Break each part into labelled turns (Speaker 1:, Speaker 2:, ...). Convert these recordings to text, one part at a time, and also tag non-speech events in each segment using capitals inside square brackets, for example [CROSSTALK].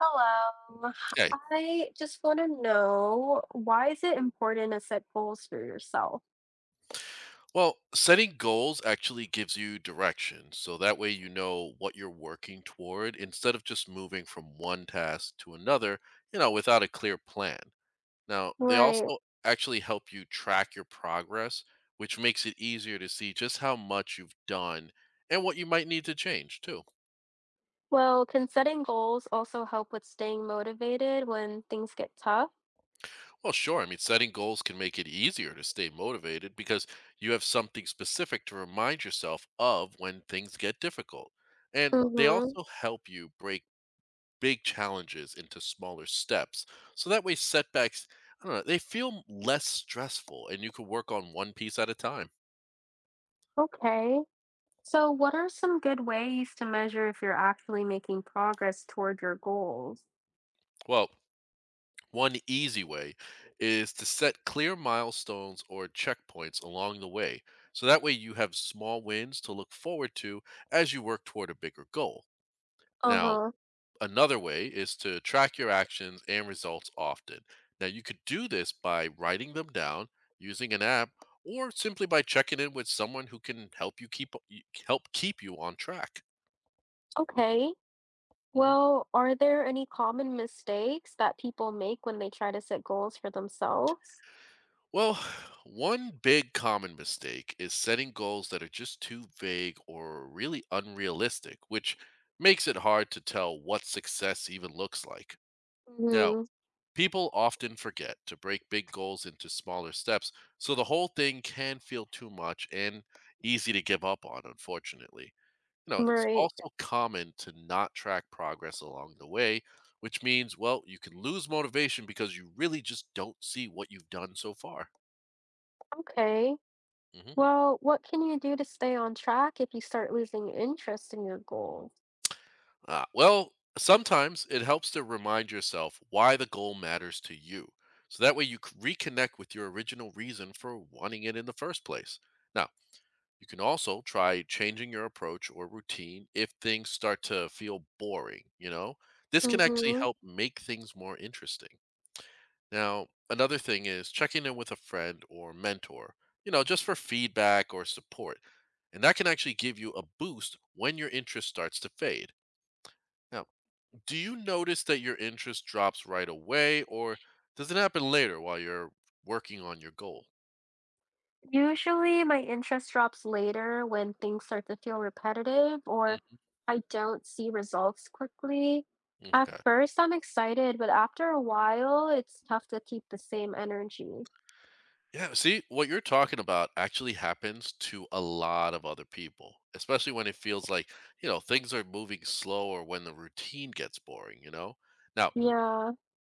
Speaker 1: Hello.
Speaker 2: Okay.
Speaker 1: I just want to know why is it important to set goals for yourself?
Speaker 2: Well, setting goals actually gives you direction. So that way you know what you're working toward instead of just moving from one task to another, without a clear plan. Now, they
Speaker 1: Right.
Speaker 2: also actually help you track your progress, which makes it easier to see just how much you've done and what you might need to change, too.
Speaker 1: Well, can setting goals also help with staying motivated when things get tough?
Speaker 2: Well, sure. I mean, setting goals can make it easier to stay motivated because you have something specific to remind yourself of when things get difficult. And they
Speaker 1: Mm-hmm.
Speaker 2: also help you break big challenges into smaller steps. So that way, setbacks, I don't know, they feel less stressful and you can work on one piece at a time.
Speaker 1: Okay. So, what are some good ways to measure if you're actually making progress toward your goals?
Speaker 2: Well, one easy way is to set clear milestones or checkpoints along the way. So that way, you have small wins to look forward to as you work toward a bigger goal. Now,
Speaker 1: Uh-huh.
Speaker 2: another way is to track your actions and results often. Now, you could do this by writing them down using an app or simply by checking in with someone who can help you help keep you on track.
Speaker 1: Okay.
Speaker 2: Mhm.
Speaker 1: Well, are there any common mistakes that people make when they try to set goals for themselves?
Speaker 2: Well, [SIGHS] one big common mistake is setting goals that are just too vague or really unrealistic, which makes it hard to tell what success even looks like. Now,
Speaker 1: Mm-hmm.
Speaker 2: people often forget to break big goals into smaller steps, so the whole thing can feel too much and easy to give up on, unfortunately. You know, it's
Speaker 1: Right.
Speaker 2: also common to not track progress along the way, which means, well, you can lose motivation because you really just don't see what you've done so far.
Speaker 1: Okay.
Speaker 2: Hmm.
Speaker 1: Well, what can you do to stay on track if you start losing interest in your goal?
Speaker 2: Well, sometimes it helps to remind yourself why the goal matters to you. So that way reconnect with your original reason for wanting it in the first place. Now, you can also try changing your approach or routine if things start to feel boring, you know? This can actually
Speaker 1: Hmm.
Speaker 2: help make things more interesting. Now, another thing is checking in with a friend or mentor, just for feedback or support. And that can actually give you a boost when your interest starts to fade. Now, do you notice that your interest drops right away or does it happen later while you're working on your goal?
Speaker 1: Usually, my interest drops later when things start to feel repetitive or I don't see results quickly.
Speaker 2: Mm,
Speaker 1: At
Speaker 2: okay.
Speaker 1: first, I'm excited, but after a while, it's tough to keep the same energy.
Speaker 2: Yeah, see, what you're talking about actually happens to a lot of other people, especially when it feels like things are moving slow or when the routine gets boring, you know? Now,
Speaker 1: Yeah.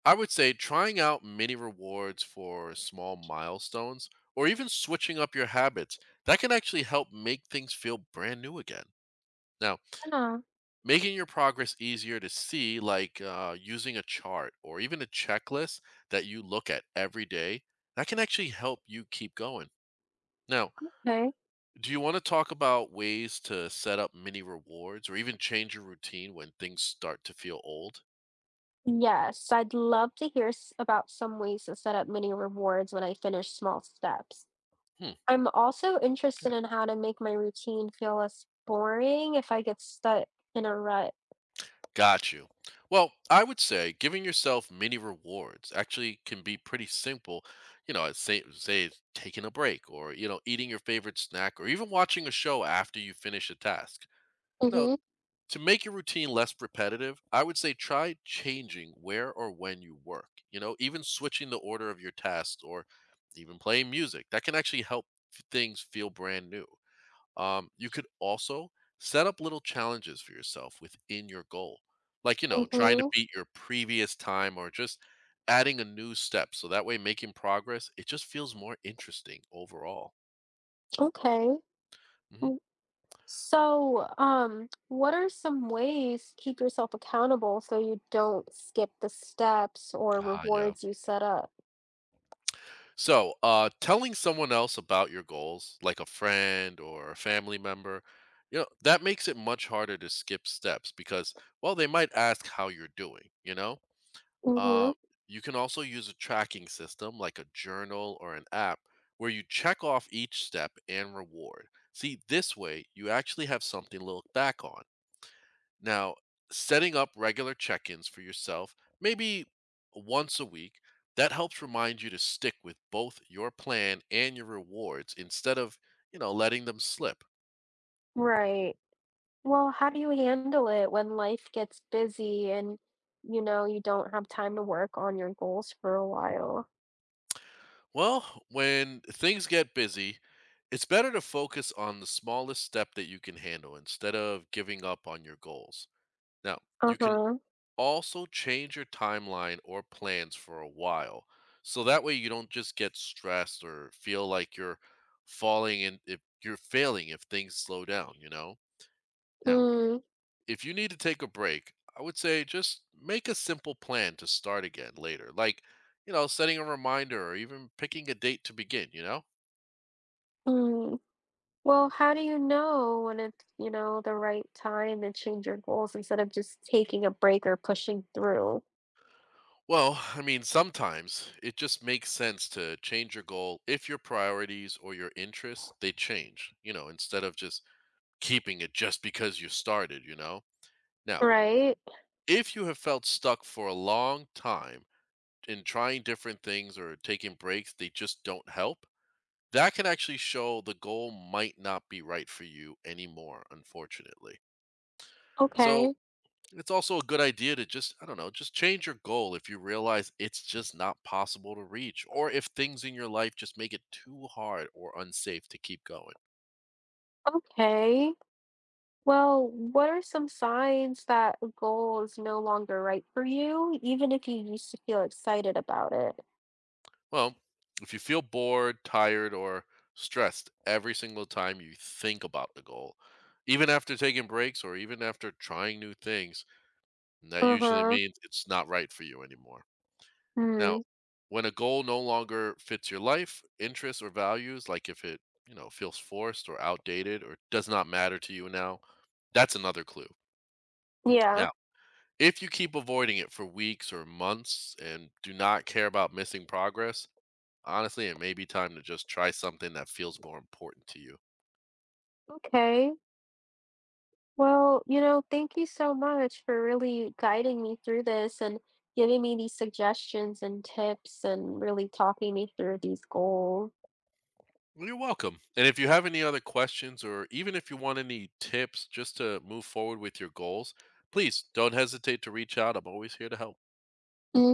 Speaker 2: I would say trying out mini rewards for small milestones or even switching up your habits, that can actually help make things feel brand new again. Now,
Speaker 1: Yeah.
Speaker 2: making your progress easier to see, like using a chart or even a checklist that you look at every day, that can actually help you keep going. Now,
Speaker 1: Okay.
Speaker 2: do you want to talk about ways to set up mini rewards or even change your routine when things start to feel old?
Speaker 1: Yes, I'd love to hear about some ways to set up mini rewards when I finish small steps.
Speaker 2: Hmm,
Speaker 1: I'm also interested
Speaker 2: okay.
Speaker 1: in how to make my routine feel less boring if I get stuck in a rut.
Speaker 2: Got you. Well, I would say giving yourself mini rewards actually can be pretty simple. You know, say it's taking a break or eating your favorite snack or even watching a show after you finish a task. You know,
Speaker 1: Mhm.
Speaker 2: to make your routine less repetitive, I would say try changing where or when you work. You know, even switching the order of your tasks or even playing music. That can actually help things feel brand new. You could also set up little challenges for yourself within your goal, like trying to
Speaker 1: Mhm.
Speaker 2: beat your previous time or just adding a new step. So that way, making progress, it just feels more interesting overall.
Speaker 1: Okay.
Speaker 2: Hmm.
Speaker 1: Mm. So, what are some ways to keep yourself accountable so you don't skip the steps or
Speaker 2: Ah, yeah.
Speaker 1: rewards you set up?
Speaker 2: So, telling someone else about your goals, like a friend or a family member, you know, that makes it much harder to skip steps because, well, they might ask how you're doing, you know?
Speaker 1: Mhm.
Speaker 2: Uh, you can also use a tracking system like a journal or an app where you check off each step and reward. See, this way you actually have something to look back on. Now, setting up regular check ins for yourself, maybe once a week, that helps remind you to stick with both your plan and your rewards instead of, letting them slip.
Speaker 1: Right. Well, how do you handle it when life gets busy and you don't have time to work on your goals for a while?
Speaker 2: Well, when things get busy, it's better to focus on the smallest step that you can handle instead of giving up on your goals. Now, you can
Speaker 1: Uh-huh.
Speaker 2: also, change your timeline or plans for a while. So that way you don't just get stressed or feel like you're falling in if you're failing if things slow down, you know? Now,
Speaker 1: Mm.
Speaker 2: if you need to take a break, I would say just make a simple plan to start again later, like, you know, setting a reminder or even picking a date to begin, you know?
Speaker 1: Mm. Well, how do you know when it's, the right time to change your goals instead of just taking a break or pushing through?
Speaker 2: Well, I mean, sometimes it just makes sense to change your goal if your priorities or your interests they change, you know, instead of just keeping it just because you started, you know? Now,
Speaker 1: Right?
Speaker 2: if you have felt stuck for a long time in trying different things or taking breaks, they just don't help. That can actually show the goal might not be right for you anymore, unfortunately. So
Speaker 1: Okay.
Speaker 2: it's also a good idea to just, I don't know, just change your goal if you realize it's just not possible to reach, or if things in your life just make it too hard or unsafe to keep going.
Speaker 1: Okay. Well, what are some signs that a goal is no longer right for you, even if you used to feel excited about it?
Speaker 2: Well, if you feel bored, tired, or stressed every single time you think about the goal, even after taking breaks or even after trying new things, that usually
Speaker 1: Uh-huh.
Speaker 2: means it's not right for you anymore. Now,
Speaker 1: Hmm.
Speaker 2: when a goal no longer fits your life, interests, or values, like if it, feels forced or outdated or does not matter to you now, that's another clue.
Speaker 1: Yeah.
Speaker 2: Now, if you keep avoiding it for weeks or months and do not care about missing progress, honestly, it may be time to just try something that feels more important to you.
Speaker 1: Okay. Well, thank you so much for really guiding me through this and giving me these suggestions and tips and really talking me through these goals.
Speaker 2: Well, you're welcome. And if you have any other questions or even if you want any tips just to move forward with your goals, please don't hesitate to reach out. I'm always here to help.
Speaker 1: Mm.